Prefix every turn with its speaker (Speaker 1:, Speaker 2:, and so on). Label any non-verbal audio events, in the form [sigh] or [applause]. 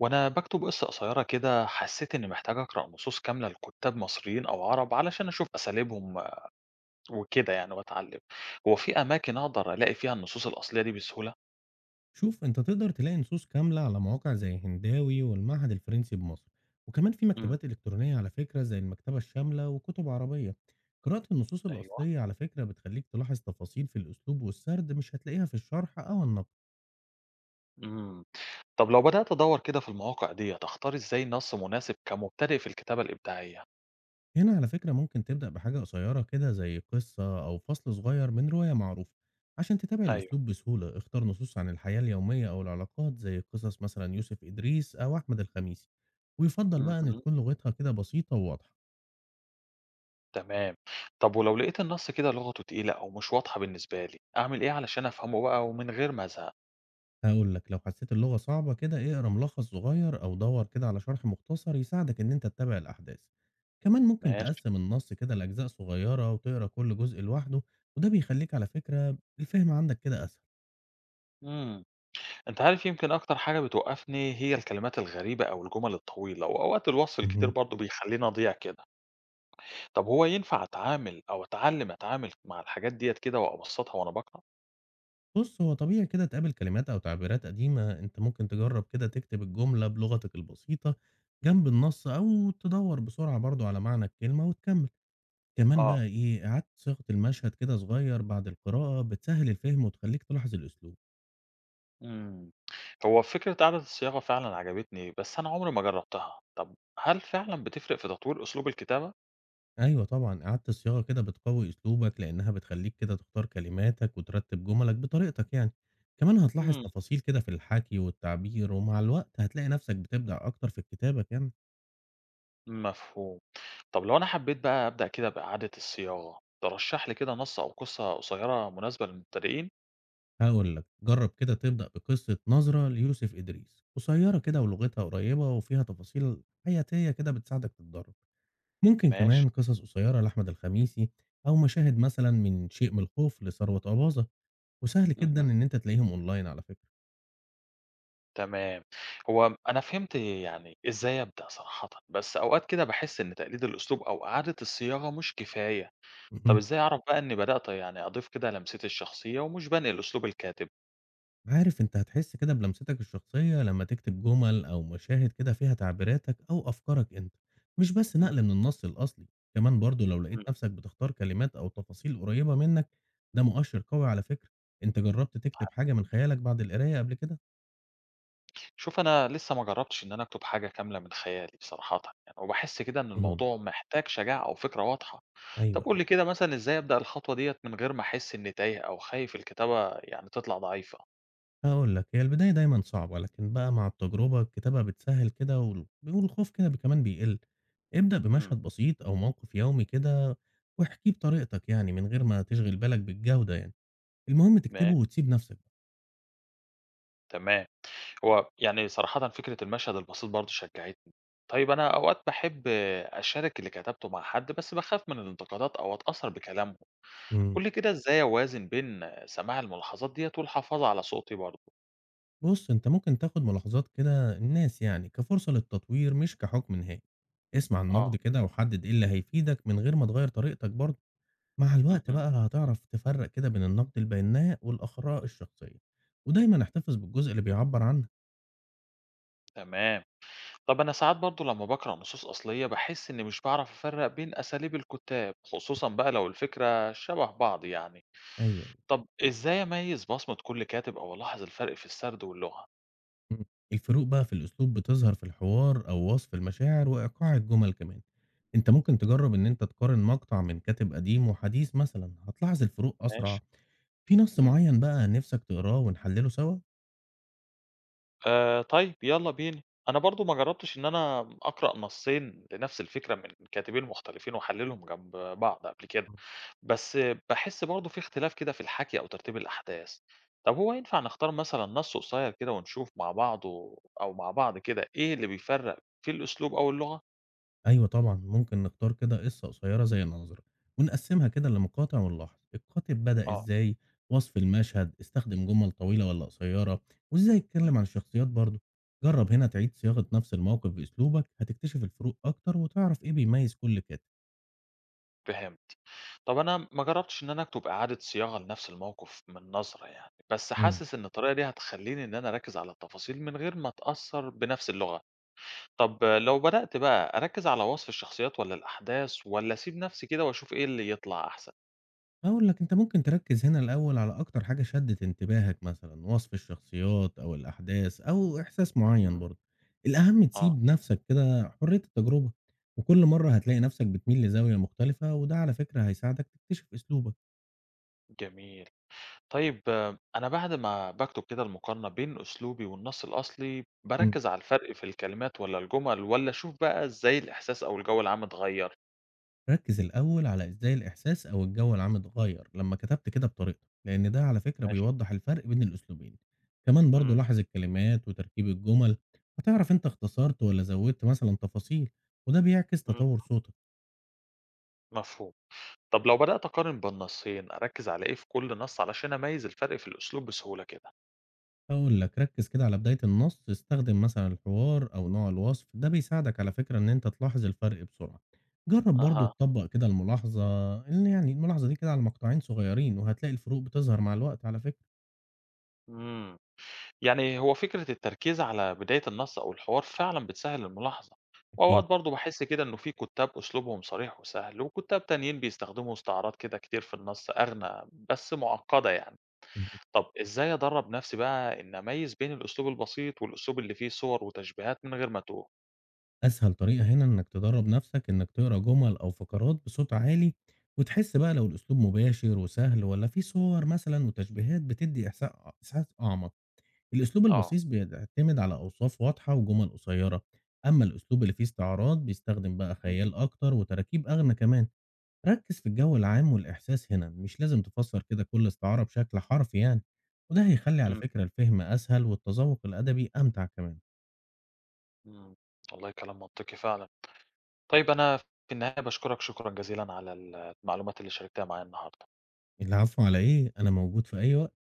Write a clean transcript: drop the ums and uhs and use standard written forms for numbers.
Speaker 1: وأنا بكتب قصة قصيرة كده حسيت إني محتاج أقرأ نصوص كاملة لكتاب مصريين أو عرب علشان أشوف أساليبهم وكده يعني وأتعلم. هو في أماكن أقدر ألاقي فيها النصوص الأصلية دي بسهولة؟
Speaker 2: شوف انت تقدر تلاقي نصوص كاملة على مواقع زي هنداوي والمعهد الفرنسي بمصر. وكمان في
Speaker 1: امم.
Speaker 2: مكتبات إلكترونية على فكرة زي المكتبة الشاملة وكتب عربية. قراءة النصوص
Speaker 1: أيوه.
Speaker 2: الأصلية على فكرة بتخليك تلاحظ تفاصيل في الأسلوب والسرد مش هتلاقيها في الشرح أو النقد.
Speaker 1: امم. طب لو بدأت أدور كده في المواقع دي أختار إزاي نص مناسب كمبتدئ في الكتابة الإبداعية؟
Speaker 2: هنا على فكرة ممكن تبدأ بحاجة قصيرة كده زي قصة أو فصل صغير من رواية معروفة، عشان تتابع
Speaker 1: أيوه.
Speaker 2: الأسلوب بسهولة. اختار نصوص عن الحياة اليومية أو العلاقات زي قصص مثلا يوسف إدريس أو أحمد الخميسي، ويفضل بقى إن
Speaker 1: امم.
Speaker 2: تكون لغتها كده بسيطة وواضحة.
Speaker 1: تمام. طب ولو لقيت النص كده لغته تقيلة أو مش واضحة بالنسبة لي أعمل إيه علشان أفهمه بقى ومن غير ما أزهق؟
Speaker 2: هاقول لك، لو حسيت اللغة صعبة كده، اقرا ملخص صغير أو دَوَّر كده على شرح مختصر يساعدك إن أنت تتابع الأحداث. كمان ممكن
Speaker 1: ماشي.
Speaker 2: تقسّم النص كده لأجزاء صغيرة وتقرا كل جزء لوحده، وده بيخليك على فكرة الفهم عندك كده أسهل.
Speaker 1: مم. أنت عارف يمكن أكتر حاجة بتوقّفني هي الكلمات الغريبة أو الجُمل الطويلة، وأوقات الوصف الكتير
Speaker 2: اهم.
Speaker 1: برضه بيخلّيني أضيع كده. طب هو ينفع أتعامل أو أتعلّم أتعامل مع الحاجات ديّة كده وأبسّطها وأنا باقرا؟
Speaker 2: بُص، هو طبيعي كده تقابل كلمات أو تعبيرات قديمة، أنت ممكن تجرّب كده تكتب الجملة بلغتك البسيطة جنب النص أو تدوّر بسرعة برضه على معنى الكلمة وتكمّل. كمان
Speaker 1: آه.
Speaker 2: بقى إيه، إعادة صياغة المشهد كده صغير بعد القراءة بتسهّل الفهم وتخليك تلاحظ الأسلوب.
Speaker 1: إمم. هو فكرة إعادة الصياغة فعلًا عجبتني، بس أنا عمري ما جرّبتها. طب هل فعلًا بتفرق في تطوير أسلوب الكتابة؟
Speaker 2: أيوه طبعًا، إعادة الصياغة كده بتقوي أسلوبك، لأنها بتخلّيك كده تختار كلماتك وترتّب جملك بطريقتك يعني، كمان هتلاحظ
Speaker 1: إمم.
Speaker 2: تفاصيل كده في الحكي والتعبير، ومع الوقت هتلاقي نفسك بتبدع أكتر في الكتابة كمان.
Speaker 1: مفهوم. طب لو أنا حبّيت بقى أبدأ كده بإعادة الصياغة، ترشّح لي كده نص أو قِصّة قصيّرة مناسبة للمبتدئين؟
Speaker 2: هاقول لك، جرّب كده تبدأ بقصة نظرة ليوسف إدريس، قصيّرة كده ولغتها قريبة وفيها تفاصيل حياتية كده بتساعدك تتدرّب. ممكن
Speaker 1: ماشي.
Speaker 2: كمان قصص قصيّرة لأحمد الخميسي، أو مشاهد مثلًا من شيء من الخوف لثروت أباظة، وسهل جدًا
Speaker 1: اهم.
Speaker 2: إن أنت تلاقيهم أونلاين على فكرة.
Speaker 1: تمام. هو أنا فهمت يعني إزاي أبدأ صراحةً، بس أوقات كده باحس إن تقليد الأسلوب أو إعادة الصياغة مش كفاية.
Speaker 2: [laughs]
Speaker 1: طب
Speaker 2: اهم.
Speaker 1: إزاي أعرف بقى إني بدأت يعني أضيف كده لمستي الشخصية ومش بانقل أسلوب الكاتب؟
Speaker 2: عارف أنت هتحس كده بلمستك الشخصية لما تكتب جمل أو مشاهد كده فيها تعبيراتك أو أفكارك أنت، مش بس
Speaker 1: مم.
Speaker 2: نقل من النص الأصلي. كمان برضو لو
Speaker 1: إمم.
Speaker 2: لقيت نفسك بتختار كلمات أو تفاصيل قريبة منك، ده مؤشر قوي على فكرة. أنت جربت تكتب حاجة من خيالك بعد القراية قبل كده؟
Speaker 1: شوف أنا لسه ما جربتش إن أنا أكتب حاجة كاملة من خيالي بصراحةً يعني، وباحس كده إن
Speaker 2: مهم.
Speaker 1: الموضوع محتاج شجاعة أو فكرة واضحة. طب
Speaker 2: أيوه،
Speaker 1: قُل
Speaker 2: أيوه.
Speaker 1: لي كده مثلًا إزاي أبدأ الخطوة ديّة من غير ما أحس إني تايه أو خايف الكتابة يعني تطلع ضعيفة؟
Speaker 2: هقول لك، هي البداية دايما صعبة، لكن بقى مع التجربة الكتابة بتسهل كده والخوف كده كمان بيقل. ابدأ
Speaker 1: إمم.
Speaker 2: بمشهد بسيط أو موقف يومي كده واحكيه بطريقتك يعني، من غير ما تشغل بالك بالجودة يعني، المهم تكتبه
Speaker 1: ماشي،
Speaker 2: وتسيب نفسك بقى.
Speaker 1: تمام. هو يعني صراحةً فكرة المشهد البسيط برضه شجّعتني. طيب أنا أوقات باحب أشارك اللي كتبته مع حد، بس باخاف من الانتقادات أو أتأثّر بكلامهم.
Speaker 2: إمم.
Speaker 1: قُل لي كده إزاي أوازن بين سماع الملاحظات ديّة والحفاظ على صوتي برضه؟
Speaker 2: بُص، أنت ممكن تاخد ملاحظات كده الناس يعني كفرصة للتطوير مش كحكم نهائي. اسمع النقد
Speaker 1: آه،
Speaker 2: كده وحدد إيه اللي هيفيدك من غير ما تغيّر طريقتك برضه. مع الوقت
Speaker 1: اهم.
Speaker 2: بقى هتعرف تفرّق كده بين النقد البناء والآراء الشخصية، ودايمًا احتفظ بالجزء اللي بيعبّر عنك.
Speaker 1: تمام. طب أنا ساعات برضه لمّا باقرأ نصوص أصلية، باحس إني مش باعرف أفرّق بين أساليب الكُتّاب، خصوصًا بقى لو الفكرة شبه بعض يعني.
Speaker 2: أيوه، أيوه.
Speaker 1: طب إزاي أميّز بصمة كل كاتب أو ألاحظ الفرق في السرد واللغة؟
Speaker 2: إمم. الفروق بقى في الأسلوب بتظهر في الحوار أو وصف المشاعر وإيقاع الجمل كمان. أنت ممكن تجرّب إن أنت تقارن مقطع من كاتب قديم وحديث مثلًا، هتلاحظ الفروق
Speaker 1: ماشي.
Speaker 2: أسرع. في نص معين بقى نفسك تقراه ونحلله سوا؟
Speaker 1: طيب يالّا بينا. أنا برضه ما جرّبتش إن أنا أقرأ نصّين لنفس الفكرة من كاتبين مختلفين وأحلّلهم جنب بعض قبل كده، بس باحس برضه في اختلاف كده في الحَكي أو ترتيب الأحداث. طب هو ينفع نختار مثلًا نَص قصيّر كده ونشوف مع بعضه أو مع بعض كده إيه اللي بيفرّق في الأسلوب أو اللغة؟
Speaker 2: أيوه طبعًا، ممكن نختار كده قصة قصيرة زي الناظر، ونقسمها كده لمقاطع ونلاحظ الكاتب بدأ
Speaker 1: آه،
Speaker 2: إزاي، وصف المشهد، استخدم جمل طويلة والّا قصيرة، وإزاي
Speaker 1: إمم،
Speaker 2: اتكلم عن الشخصيات برضه. جرب هنا تعيد صياغة نفس الموقف بأسلوبك، هتكتشف الفروق أكتر وتعرف إيه بيميز كل كاتب.
Speaker 1: فهمت. طب أنا ما جرّبتش إن أنا أكتب إعادة صياغة لنفس الموقف من نظرة يعني، بس
Speaker 2: إمم.
Speaker 1: حاسس إن الطريقة دي هتخلّيني إن أنا أركّز على التفاصيل من غير ما أتأثّر بنفس اللغة. طب لو بدأت بقى أركّز على وصف الشخصيات والّا الأحداث والّا أسيب نَفْسي كده وأشوف إيه اللي يطلع أحسن؟
Speaker 2: هاقول لك، أنت ممكن تركّز هنا الأول على أكتر حاجة شدِّت انتباهك مثلًا، وصف الشخصيات أو الأحداث أو إحساس معيّن
Speaker 1: إمم.
Speaker 2: برضه، الأهم
Speaker 1: آه،
Speaker 2: تسيب نَفْسك كده حرية التجربة، وكل مرّة هتلاقي نَفْسك بتميل لزاوية مختلفة، وده على فكرة هيساعدك تكتشف أسلوبك.
Speaker 1: جميل. طيب آه، أنا بعد ما باكتب كده المقارنة بين أسلوبي والنَص الأصلي،
Speaker 2: إمم.
Speaker 1: باركّز على الفرق في الكلمات والّا الجُمل والّا أشوف بقى إزاي الإحساس أو الجو العام اتغيّر؟
Speaker 2: ركّز الأول على إزاي الإحساس أو الجو العام اتغيّر لمّا كتبت كده بطريقتك، لإن ده على فكرة
Speaker 1: ماشي.
Speaker 2: بيوضّح الفرق بين الأسلوبين، كمان برضه
Speaker 1: إمم،
Speaker 2: لاحظ الكلمات وتركيب الجُمل، هتعرف أنت اختصرت والّا زوّدت مثلًا تفاصيل، وده بيعكس
Speaker 1: إمم.
Speaker 2: تطوّر صوتك.
Speaker 1: مفهوم. طب لو بدأت أقارن بين نَصّين، أركّز على إيه في كل نَص علشان أميّز الفرق في الأسلوب بسهولة كده؟
Speaker 2: هاقول لك، ركّز كده على بداية النص، استخدم مثلًا الحوار أو نوع الوصف، ده بيساعدك على فكرة إن أنت تلاحظ الفرق بسرعة. جرّب برضه
Speaker 1: أها.
Speaker 2: تطبّق كده الملاحظة، إن يعني الملاحظة دي كده على مقطعين صغيّرين، وهتلاقي الفروق بتظهر مع الوقت على فكرة.
Speaker 1: إمم. يعني هو فكرة التركيز على بداية النص أو الحوار فعلا بتسهل الملاحظة. وأوقات
Speaker 2: أكيد.
Speaker 1: برضه بحس كده إنه في كتاب أسلوبهم صريح وسهل وكتاب تانيين بيستخدموا استعارات كده كتير في النص أغنى بس معقدة يعني.
Speaker 2: اهم.
Speaker 1: طب إزاي أدرب نفسي بقى إن أميز بين الأسلوب البسيط والأسلوب اللي فيه صور وتشبيهات من غير ما أتوه؟
Speaker 2: أسهل طريقة هنا إنّك تدرّب نَفْسك إنّك تقرا جُمل أو فقرات بصوت عالي، وتحس بقى لو الأسلوب مباشر وسهل والّا في صور مثلًا وتشبيهات بتدّي إحساس أعمق. الأسلوب
Speaker 1: آه.
Speaker 2: البسيط بيعتمد على أوصاف واضحة وجمل قصيرة، أما الأسلوب اللي فيه استعارات بيستخدم بقى
Speaker 1: مهم.
Speaker 2: خيال أكتر وتراكيب أغنى كمان. ركز في الجو العام والإحساس هنا، مش لازم تفسر كده كل استعارة بشكل حرفي يعني، وده هيخلي على
Speaker 1: مم.
Speaker 2: فكرة الفهم أسهل والتذوق الأدبي أمتع كمان.
Speaker 1: مم. والله كلام منطقي فعلا. طيب أنا في النهاية بشكرك شكرا جزيلا على المعلومات اللي شاركتها معايا النهاردة.
Speaker 2: العفو على إيه؟ أنا موجود في أي وقت.